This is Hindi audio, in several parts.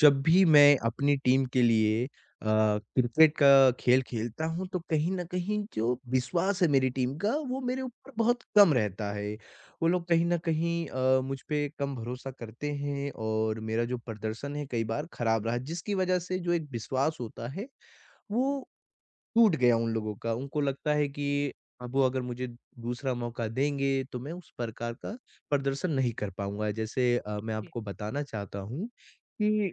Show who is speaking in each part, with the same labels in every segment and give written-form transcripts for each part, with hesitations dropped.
Speaker 1: जब भी मैं अपनी टीम के लिए क्रिकेट का खेल खेलता हूँ तो कहीं न कहीं जो विश्वास है मेरी टीम का वो मेरे ऊपर बहुत कम रहता है। वो लोग कहीं न कहीं मुझ पे कम भरोसा करते हैं, और मेरा जो प्रदर्शन है कई बार खराब रहा, जिसकी वज़ह से जो एक विश्वास होता है, वो टूट गया उन लोगों का। उनको लगता है कि अब वो अगर मुझे दूसरा मौका देंगे तो मैं उस प्रकार का प्रदर्शन नहीं कर पाऊँगा। जैसे मैं
Speaker 2: जी,
Speaker 1: आपको बताना चाहता हूँ कि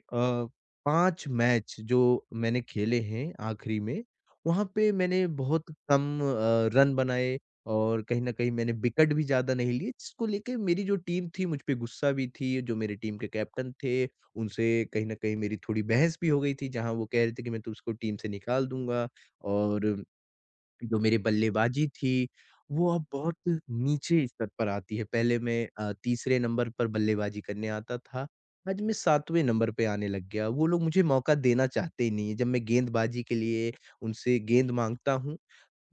Speaker 1: 5 मैच जो मैंने खेले हैं आखिरी में, वहाँ पे मैंने बहुत कम रन बनाए, और कहीं न कहीं मैंने विकेट भी ज़्यादा नहीं लिए, जिसको लेके मेरी जो टीम थी मुझ पे गुस्सा भी थी। जो मेरे टीम के कैप्टन थे, उनसे कहीं न कहीं मेरी थोड़ी बहस भी हो गई थी, जहाँ वो कह रहे थे कि मैं तो उसको टीम से निकाल दूँगा। और जो मेरी बल्लेबाज़ी थी, वो अब बहुत नीचे स्तर पर आती है। पहले मैं तीसरे नंबर पर बल्लेबाज़ी करने आता था, आज मैं 7वें नंबर पे आने लग गया। वो लोग मुझे मौका देना चाहते ही नहीं है। जब मैं गेंदबाज़ी के लिए उनसे गेंद माँगता हूँ,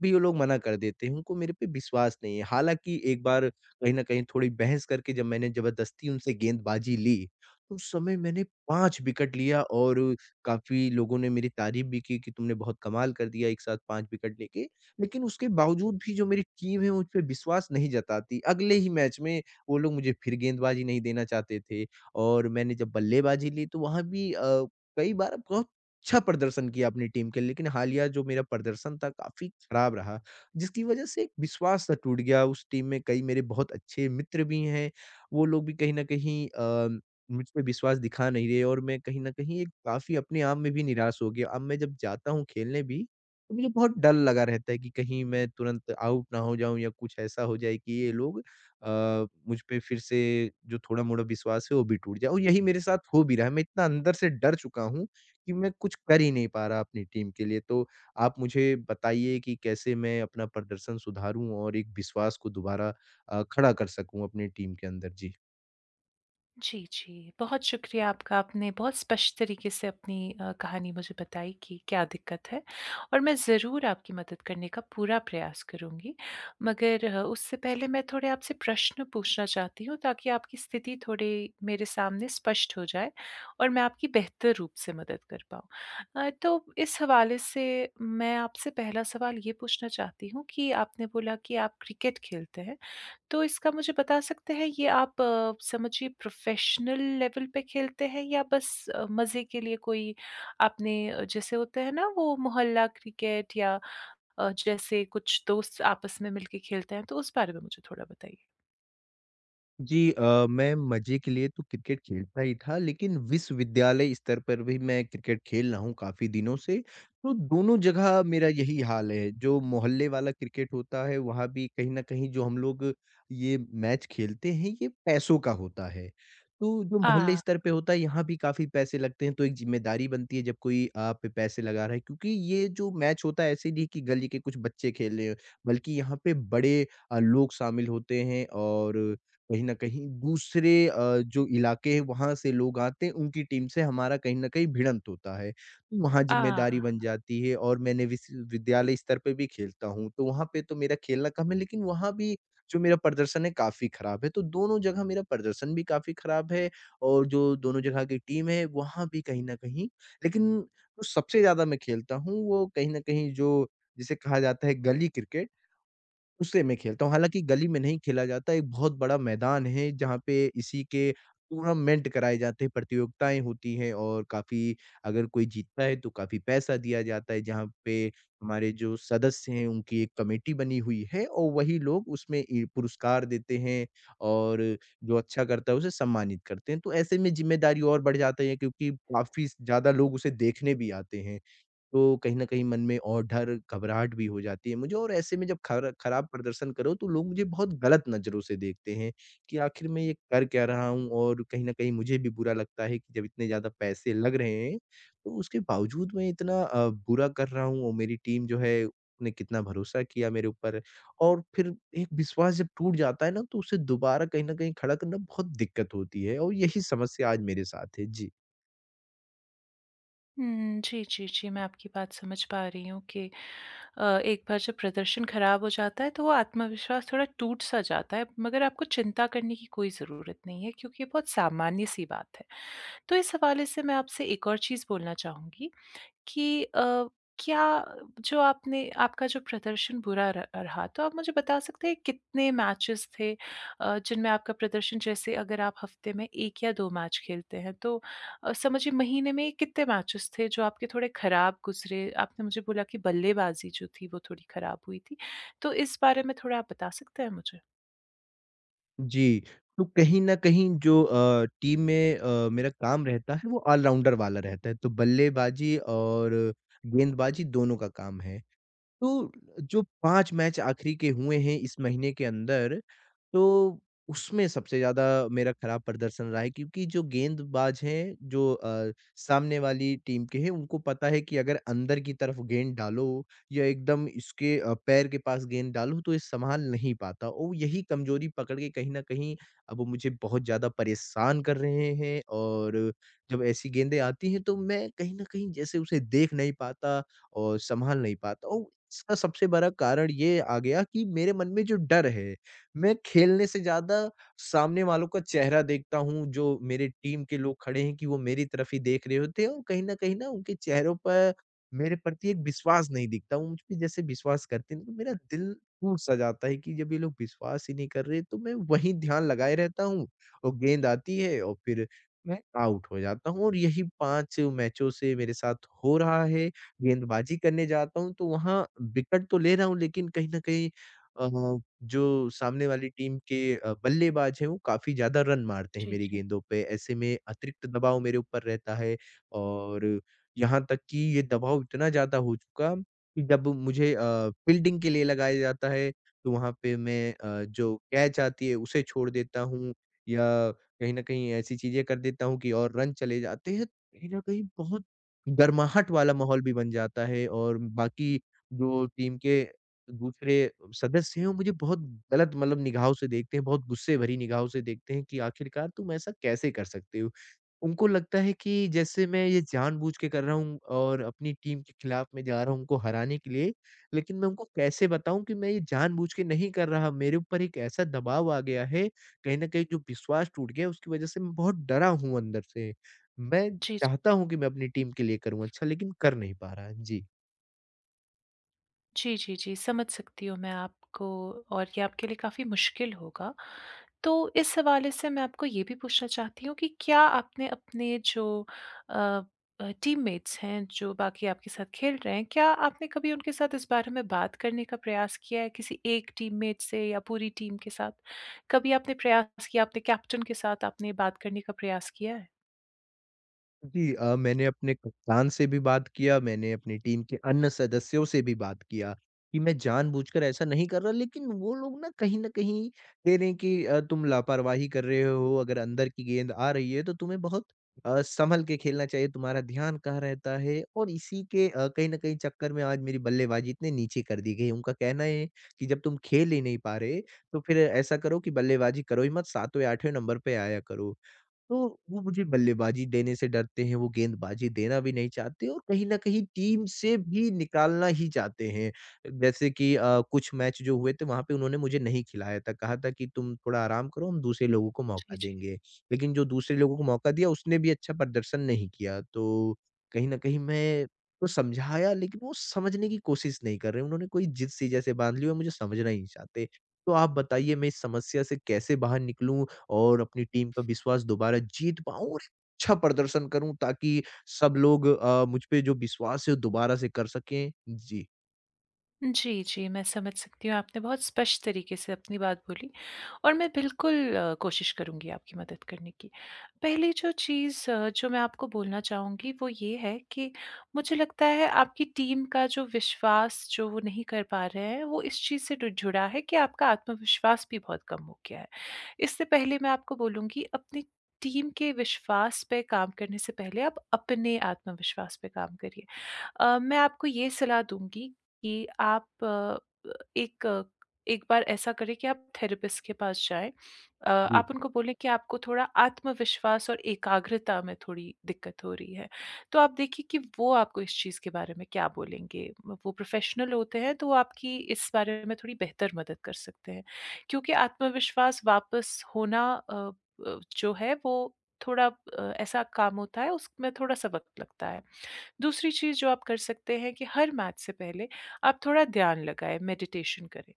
Speaker 1: भी वो लोग मना कर देते हैं, उनको मेरे पे विश्वास नहीं है। हालाँकि एक बार कहीं न कहीं थोड़ी बहस करके जब मैंने ज़बरदस्ती उनसे गेंदबाज़ी ली, तो उस समय मैंने 5 विकेट लिया, और काफ़ी लोगों ने मेरी तारीफ़ भी की कि तुमने बहुत कमाल कर दिया एक साथ 5 विकेट लेके। लेकिन उसके बावजूद भी जो मेरी टीम है मुझ पे विश्वास नहीं जताती। अगले ही मैच में वो लोग मुझे फिर गेंदबाज़ी नहीं देना चाहते थे, और मैंने जब बल्लेबाज़ी ली तो वहाँ भी कई बार बहुत अच्छा प्रदर्शन किया अपनी टीम के लिए, लेकिन हालिया जो मेरा प्रदर्शन था काफ़ी खराब रहा, जिसकी वज़ह से एक विश्वास सा टूट गया। उस टीम में कई मेरे बहुत अच्छे मित्र भी हैं, वो लोग भी कहीं न कहीं मुझ पे विश्वास दिखा नहीं रहे, और मैं कहीं न कहीं एक काफ़ी अपने आप में भी निराश हो गया। अब मैं जब जाता हूँ खेलने भी, तो मुझे बहुत डर लगा रहता है कि कहीं मैं तुरंत आउट ना हो जाऊँ, या कुछ ऐसा हो जाए कि ये लोग मुझ पे फिर से जो थोड़ा-मोड़ा विश्वास है, वो भी टूट जाए, और यही मेरे साथ हो भी रहा है। मैं इतना अंदर से डर चुका हूँ कि मैं कुछ कर ही नहीं पा रहा अपनी टीम के लिए। तो आप मुझे बताइए कि कैसे मैं अपना प्रदर्शन सुधारूँ और एक विश्वास को दोबारा खड़ा कर सकूँ अपनी टीम के अंदर? जी।
Speaker 2: जी, जी। बहुत शुक्रिया आपका, आपने बहुत स्पष्ट तरीके से अपनी कहानी मुझे बताई कि क्या दिक्कत है और मैं ज़रूर आपकी मदद करने का पूरा प्रयास करूँगी। मगर उससे पहले मैं थोड़े आपसे प्रश्न पूछना चाहती हूँ ताकि आपकी स्थिति थोड़ी मेरे सामने स्पष्ट हो जाए और मैं आपकी बेहतर रूप से मदद कर पाऊँ। तो इस हवाले से मैं आपसे पहला सवाल ये पूछना चाहती हूँ कि आपने बोला कि आप क्रिकेट खेलते हैं। तो इसका मुझे बता सकते हैं ये आप समझिए प्रोफेशनल लेवल पे खेलते हैं या बस मज़े के लिए कोई आपने जैसे होते हैं ना वो मोहल्ला क्रिकेट या जैसे कुछ दोस्त आपस में मिलके खेलते हैं तो उस बारे में मुझे थोड़ा बताइए?
Speaker 1: जी, मैं मज़े के लिए तो क्रिकेट खेलता ही था, लेकिन विश्वविद्यालय स्तर पर भी मैं क्रिकेट खेल रहा हूँ काफ़ी दिनों से। तो दोनों जगह मेरा यही हाल है, जो मोहल्ले वाला क्रिकेट होता है, वहाँ भी कहीं न कहीं जो हम लोग ये मैच खेलते हैं, ये पैसों का होता है। तो जो मोहल्ले
Speaker 2: आ
Speaker 1: स्तर पे होता है, यहाँ भी काफ़ी पैसे लगते हैं, तो एक ज़िम्मेदारी बनती है जब कोई आप पे पैसे लगा रहा है। क्योंकि ये जो मैच होता है, ऐसे नहीं कि गली के कुछ बच्चे खेल रहे हैं, बल्कि यहाँ पे बड़े लोग शामिल होते हैं, और कहीं न कहीं दूसरे जो इलाके हैं वहाँ से लोग आते हैं, उनकी टीम से हमारा कहीं न कहीं भिड़ंत होता है। तो वहाँ
Speaker 2: आ
Speaker 1: जिम्मेदारी बन जाती है, और मैंने विश्वविद्यालय स्तर पे भी खेलता हूँ, तो वहाँ पे तो मेरा खेलना कम है, लेकिन वहाँ भी जो मेरा प्रदर्शन है काफ़ी खराब है। तो दोनों जगह मेरा प्रदर्शन भी काफ़ी खराब है, और जो दोनों जगह की टीम है वहाँ भी कहीं न कहीं, लेकिन जो सबसे ज़्यादा मैं खेलता हूँ वो कहीं न कहीं जो जिसे कहा जाता है गली क्रिकेट, उसे मैं खेलता हूँ। हालाँकि गली में नहीं खेला जाता, एक बहुत बड़ा मैदान है जहाँ पे इसी के टूर्नामेंट कराए जाते हैं, प्रतियोगिताएँ होती हैं, और काफ़ी अगर कोई जीतता है तो काफ़ी पैसा दिया जाता है, जहाँ पे हमारे जो सदस्य हैं उनकी एक कमेटी बनी हुई है, और वही लोग उसमें इ पुरस्कार देते हैं, और जो अच्छा करता है उसे सम्मानित करते हैं। तो ऐसे में ज़िम्मेदारी और बढ़ जाती है, क्योंकि काफ़ी ज़्यादा लोग उसे देखने भी आते हैं। तो कहीं न कहीं मन में और डर, घबराहट भी हो जाती है मुझे, और ऐसे में जब खर खराब प्रदर्शन करो तो लोग मुझे बहुत गलत नज़रों से देखते हैं कि आखिर मैं ये कर क्या रहा हूँ, और कहीं न कहीं मुझे भी बुरा लगता है कि जब इतने ज़्यादा पैसे लग रहे हैं, तो उसके बावजूद मैं इतना बुरा कर रहा हूँ, और मेरी टीम जो है ने कितना भरोसा किया मेरे ऊपर, और फिर एक विश्वास जब टूट जाता है ना, तो उसे दोबारा कहीं न कहीं खड़ा करना बहुत दिक्कत होती है, और यही समस्या आज मेरे साथ है। जी।
Speaker 2: हुँ, जी, जी, जी, मैं आपकी बात समझ पा रही हूँ कि एक बार जब प्रदर्शन खराब हो जाता है तो वो आत्मविश्वास थोड़ा टूट-सा जाता है, मगर आपको चिंता करने की कोई ज़रूरत नहीं है क्योंकि ये बहुत सामान्य-सी बात है। तो इस हवाले से मैं आपसे एक और चीज़ बोलना चाहूँगी कि क्या जो आपने आपका जो प्रदर्शन बुरा र रहा, तो आप मुझे बता सकते हैं कितने मैचेज़ थे जिनमें आपका प्रदर्शन जैसे अगर आप हफ़्ते में 1 या 2 मैच खेलते हैं, तो समझिए महीने में कितने मैचेज़ थे जो आपके थोड़े ख़राब गुज़रे? आपने मुझे बोला कि बल्लेबाज़ी जो थी वो थोड़ी ख़राब हुई थी, तो इस बारे में थोड़ा आप बता सकते हैं मुझे?
Speaker 1: जी, तो कहीं न कहीं जो टीम में मेरा काम रहता है वो ऑल-राउंडर वाला रहता है, तो बल्लेबाज़ी और गेंदबाज़ी दोनों का काम है। तो जो 5 मैच आखिरी के हुए हैं इस महीने के अंदर, तो उसमें सबसे ज़्यादा मेरा खराब प्रदर्शन रहा है, क्योंकि जो गेंदबाज़ हैं, जो सामने वाली टीम के हैं, उनको पता है कि अगर अंदर की तरफ गेंद डालो या एकदम इसके पैर के पास गेंद डालो तो ये सँभाल नहीं पाता, और यही कमज़ोरी पकड़ के कहीं न कहीं अब वो मुझे बहुत ज़्यादा परेशान कर रहे हैं, और जब ऐसी गेंदें आती हैं, तो मैं कहीं न कहीं जैसे उसे देख नहीं पाता और सँभाल नहीं पाता हूँ। इसका सबसे बड़ा कारण ये आ गया कि मेरे मन में जो डर है, मैं खेलने से ज़्यादा सामने वालों का चेहरा देखता हूँ, जो मेरे टीम के लोग खड़े हैं कि वो मेरी तरफ ही देख रहे होते हैं, और कहीं न कहीं ना उनके चेहरों पर मेरे प्रति एक विश्वास नहीं दिखता। वो मुझ पे जैसे विश्वास करते नहीं, तो मेरा दिल टूट-सा जाता है कि जब ये लोग विश्वास ही नहीं कर रहे, तो मैं वहीं ध्यान लगाए रहता हूँ, और गेंद आती है और फिर मैं आउट हो जाता हूँ, और यही 5 मैचों से मेरे साथ हो रहा है। गेंदबाज़ी करने जाता हूँ, तो वहाँ विकेट तो ले रहा हूँ, लेकिन कहीं न कहीं जो सामने वाली टीम के बल्लेबाज़ हैं, वो काफ़ी ज़्यादा रन मारते हैं
Speaker 2: जी,
Speaker 1: मेरी
Speaker 2: जी।
Speaker 1: गेंदों पे। ऐसे में अतिरिक्त दबाव मेरे ऊपर रहता है, और यहाँ तक कि ये दबाव इतना ज़्यादा हो चुका कि जब मुझे फ़ील्डिंग के लिए लगाया जाता है, तो वहाँ पे मैं जो कैच आती है, उसे छोड़ देता हूँ, या कहीं न कहीं ऐसी चीज़ें कर देता हूँ कि और रन चले जाते हैं। कहीं न कहीं बहुत गर्माहट वाला माहौल भी बन जाता है, और बाकी जो टीम के दूसरे सदस्य हैं, वो मुझे बहुत गलत मतलब निगाहों से देखते हैं, बहुत गुस्से भरी निगाहों से देखते हैं कि आखिरकार तुम ऐसा कैसे कर सकते हो? उनको लगता है कि जैसे मैं ये जानबूझ के कर रहा हूँ, और अपनी टीम के खिलाफ मैं जा रहा हूँ उनको हराने के लिए, लेकिन मैं उनको कैसे बताऊँ कि मैं ये जानबूझ के नहीं कर रहा, मेरे ऊपर एक ऐसा दबाव आ गया है, कहीं न कहीं जो विश्वास टूट गया है उसकी वज़ह से मैं बहुत डरा हूँ अंदर से। मैं
Speaker 2: जी, जी।
Speaker 1: चाहता हूँ कि मैं अपनी टीम के लिए करूँ अच्छा, लेकिन कर नहीं पा रहा। जी।
Speaker 2: जी, जी, जी, समझ सकती हूँ मैं आपको और ये आपके लिए काफ़ी मुश्किल होगा। तो इस हवाले से मैं आपको ये भी पूछना चाहती हूँ कि क्या आपने अपने जो अ टीममेट्स हैं, जो बाकी आपके साथ खेल रहे हैं, क्या आपने कभी उनके साथ इस बारे में बात करने का प्रयास किया है किसी एक टीममेट से या पूरी टीम के साथ? कभी आपने प्रयास किया, आपने कैप्टन के साथ आपने बात करने का प्रयास किया है?
Speaker 1: जी, मैंने अपने कप्तान से भी बात किया, मैंने अपनी टीम के अन्य सदस्यों से भी बात किया, कि मैं जानबूझकर ऐसा नहीं कर रहा, लेकिन वो लोग ना कहीं न कहीं कह रहे हैं कि तुम लापरवाही कर रहे हो, अगर अंदर की गेंद आ रही है तो तुम्हें बहुत सँभल के खेलना चाहिए, तुम्हारा ध्यान कहाँ रहता है? और इसी के कहीं न कहीं चक्कर में आज मेरी बल्लेबाज़ी इतने नीचे कर दी गई है। उनका कहना है कि जब तुम खेल ही नहीं पा रहे, तो फिर ऐसा करो कि बल्लेबाज़ी करो ही मत, 7वें 8वें नंबर पे आया करो। तो वो मुझे बल्लेबाजी देने से डरते हैं, वो गेंदबाजी देना भी नहीं चाहते, और कहीं न कहीं टीम से भी निकालना ही चाहते हैं। जैसे कि कुछ मैच जो हुए थे वहाँ पे उन्होंने मुझे नहीं खिलाया था, कहा था कि तुम थोड़ा आराम करो, हम दूसरे लोगों को
Speaker 2: जी,
Speaker 1: मौका
Speaker 2: जी।
Speaker 1: देंगे। लेकिन जो दूसरे लोगों को मौका दिया उसने भी अच्छा प्रदर्शन नहीं किया। तो कहीं न कहीं मैं को समझाया, लेकिन वो समझने की कोशिश नहीं कर रहे, उन्होंने कोई जिद-सी जैसे बाँध ली और मुझे समझना ही नहीं चाहते। तो आप बताइए मैं इस समस्या से कैसे बाहर निकलूँ? और अपनी टीम का विश्वास दोबारा जीत पाऊँ और अच्छा प्रदर्शन करूँ, ताकि सब लोग मुझ पे जो विश्वास है वो दोबारा से कर सकें। जी,
Speaker 2: जी, जी, मैं समझ सकती हूँ, आपने बहुत स्पष्ट तरीके से अपनी बात बोली और मैं बिल्कुल कोशिश करूँगी आपकी मदद करने की। पहली जो चीज़ जो मैं आपको बोलना चाहूँगी वो ये है कि मुझे लगता है आपकी टीम का जो विश्वास जो वो नहीं कर पा रहे हैं, वो इस चीज़ से डु जुड़ा है कि आपका आत्मविश्वास भी बहुत कम हो गया है। इससे पहले मैं आपको बोलूँगी अपनी टीम के विश्वास पे काम करने से पहले आप अपने आत्मविश्वास पे काम करिए। मैं आपको ये सलाह दूँगी कि आप एक अ, एक बार ऐसा करें कि आप थेरेपिस्ट के पास जाएँ। आप
Speaker 1: जी,
Speaker 2: उनको बोलें कि आपको थोड़ा आत्मविश्वास और एकाग्रता में थोड़ी दिक्कत हो रही है। तो आप देखिए कि वो आपको इस चीज़ के बारे में क्या बोलेंगे। वो प्रोफ़ेशनल होते हैं तो वो आपकी इस बारे में थोड़ी बेहतर मदद कर सकते हैं। क्योंकि आत्मविश्वास वापस होना जो है वो थोड़ा ऐसा काम होता है उसमें थोड़ा-सा वक़्त लगता है। दूसरी चीज़ जो आप कर सकते हैं कि हर मैच से पहले आप थोड़ा ध्यान लगाएँ, मेडिटेशन करें।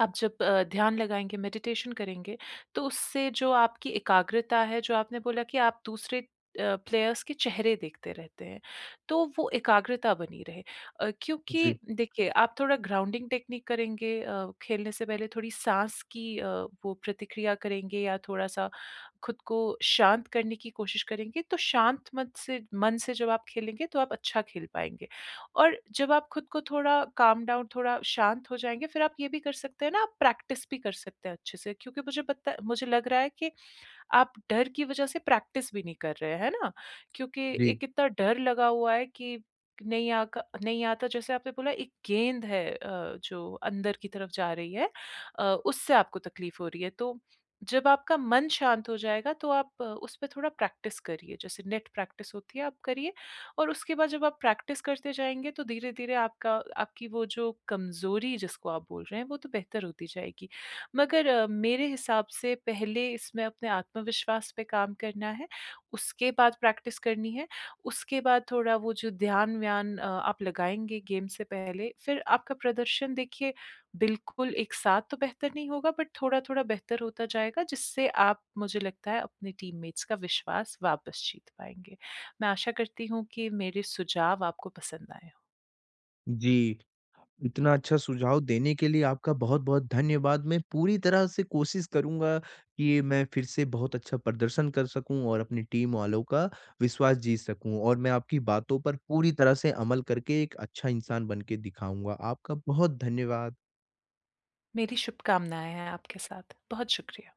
Speaker 2: आप जब ध्यान लगाएँगे, मेडिटेशन करेंगे, तो उससे जो आपकी एकाग्रता है, जो आपने बोला कि आप दूसरे प्लेयर्स के चेहरे देखते रहते हैं, तो वो एकाग्रता बनी रहे। क्योंकि
Speaker 1: जी,
Speaker 2: देखिए, आप थोड़ा ग्राउंडिंग टेक्नीक करेंगे खेलने से पहले थोड़ी साँस की वो प्रतिक्रिया करेंगे या थोड़ा-सा खुद को शांत करने की कोशिश करेंगे, तो शांत मन से जब आप खेलेंगे, तो आप अच्छा खेल पाएँगे। और जब आप खुद को थोड़ा काम डाउन थोड़ा शांत हो जाएँगे, फिर आप ये भी कर सकते हैं ना, आप प्रैक्टिस भी कर सकते हैं अच्छे से क्योंकि मुझे पता मुझे लग रहा है कि आप डर की वजह से प्रैक्टिस भी नहीं कर रहे, हैं, है ना? क्योंकि
Speaker 1: जी,
Speaker 2: एक इतना डर लगा हुआ है कि नहीं आता जैसे आपने बोला एक गेंद है जो अंदर की तरफ जा रही है उससे आपको तकलीफ हो रही है। तो जब आपका मन शांत हो जाएगा तो आप उस पे थोड़ा प्रैक्टिस करिए, जैसे नेट प्रैक्टिस होती है आप करिए और उसके बाद जब आप प्रैक्टिस करते जाएँगे तो धीरे-धीरे आपका आपकी वो जो कमज़ोरी जिसको आप बोल रहे हैं वो तो बेहतर होती जाएगी। मगर मेरे हिसाब से पहले इसमें अपने आत्मविश्वास पे काम करना है, उसके बाद प्रैक्टिस करनी है, उसके बाद थोड़ा वो जो ध्यान-व्यान आप लगाएँगे गेम से पहले, फिर आपका प्रदर्शन देखिए बिल्कुल एक साथ तो बेहतर नहीं होगा बट थोड़ा-थोड़ा बेहतर होता जाएगा जिससे आप मुझे लगता है अपने टीममेट्स का विश्वास वापस जीत पाएँगे। मैं आशा करती हूँ कि मेरे सुझाव आपको पसंद आए हों।
Speaker 1: जी। इतना अच्छा सुझाव देने के लिए आपका बहुत-बहुत धन्यवाद। मैं पूरी तरह से कोशिश करूँगा कि मैं फिर से बहुत अच्छा प्रदर्शन कर सकूँ और अपनी टीम वालों का विश्वास जीत सकूँ, और मैं आपकी बातों पर पूरी तरह से अमल करके एक अच्छा इंसान बन के दिखाऊँगा। आपका बहुत धन्यवाद।
Speaker 2: मेरी शुभकामनाएँ हैं आपके साथ। बहुत शुक्रिया।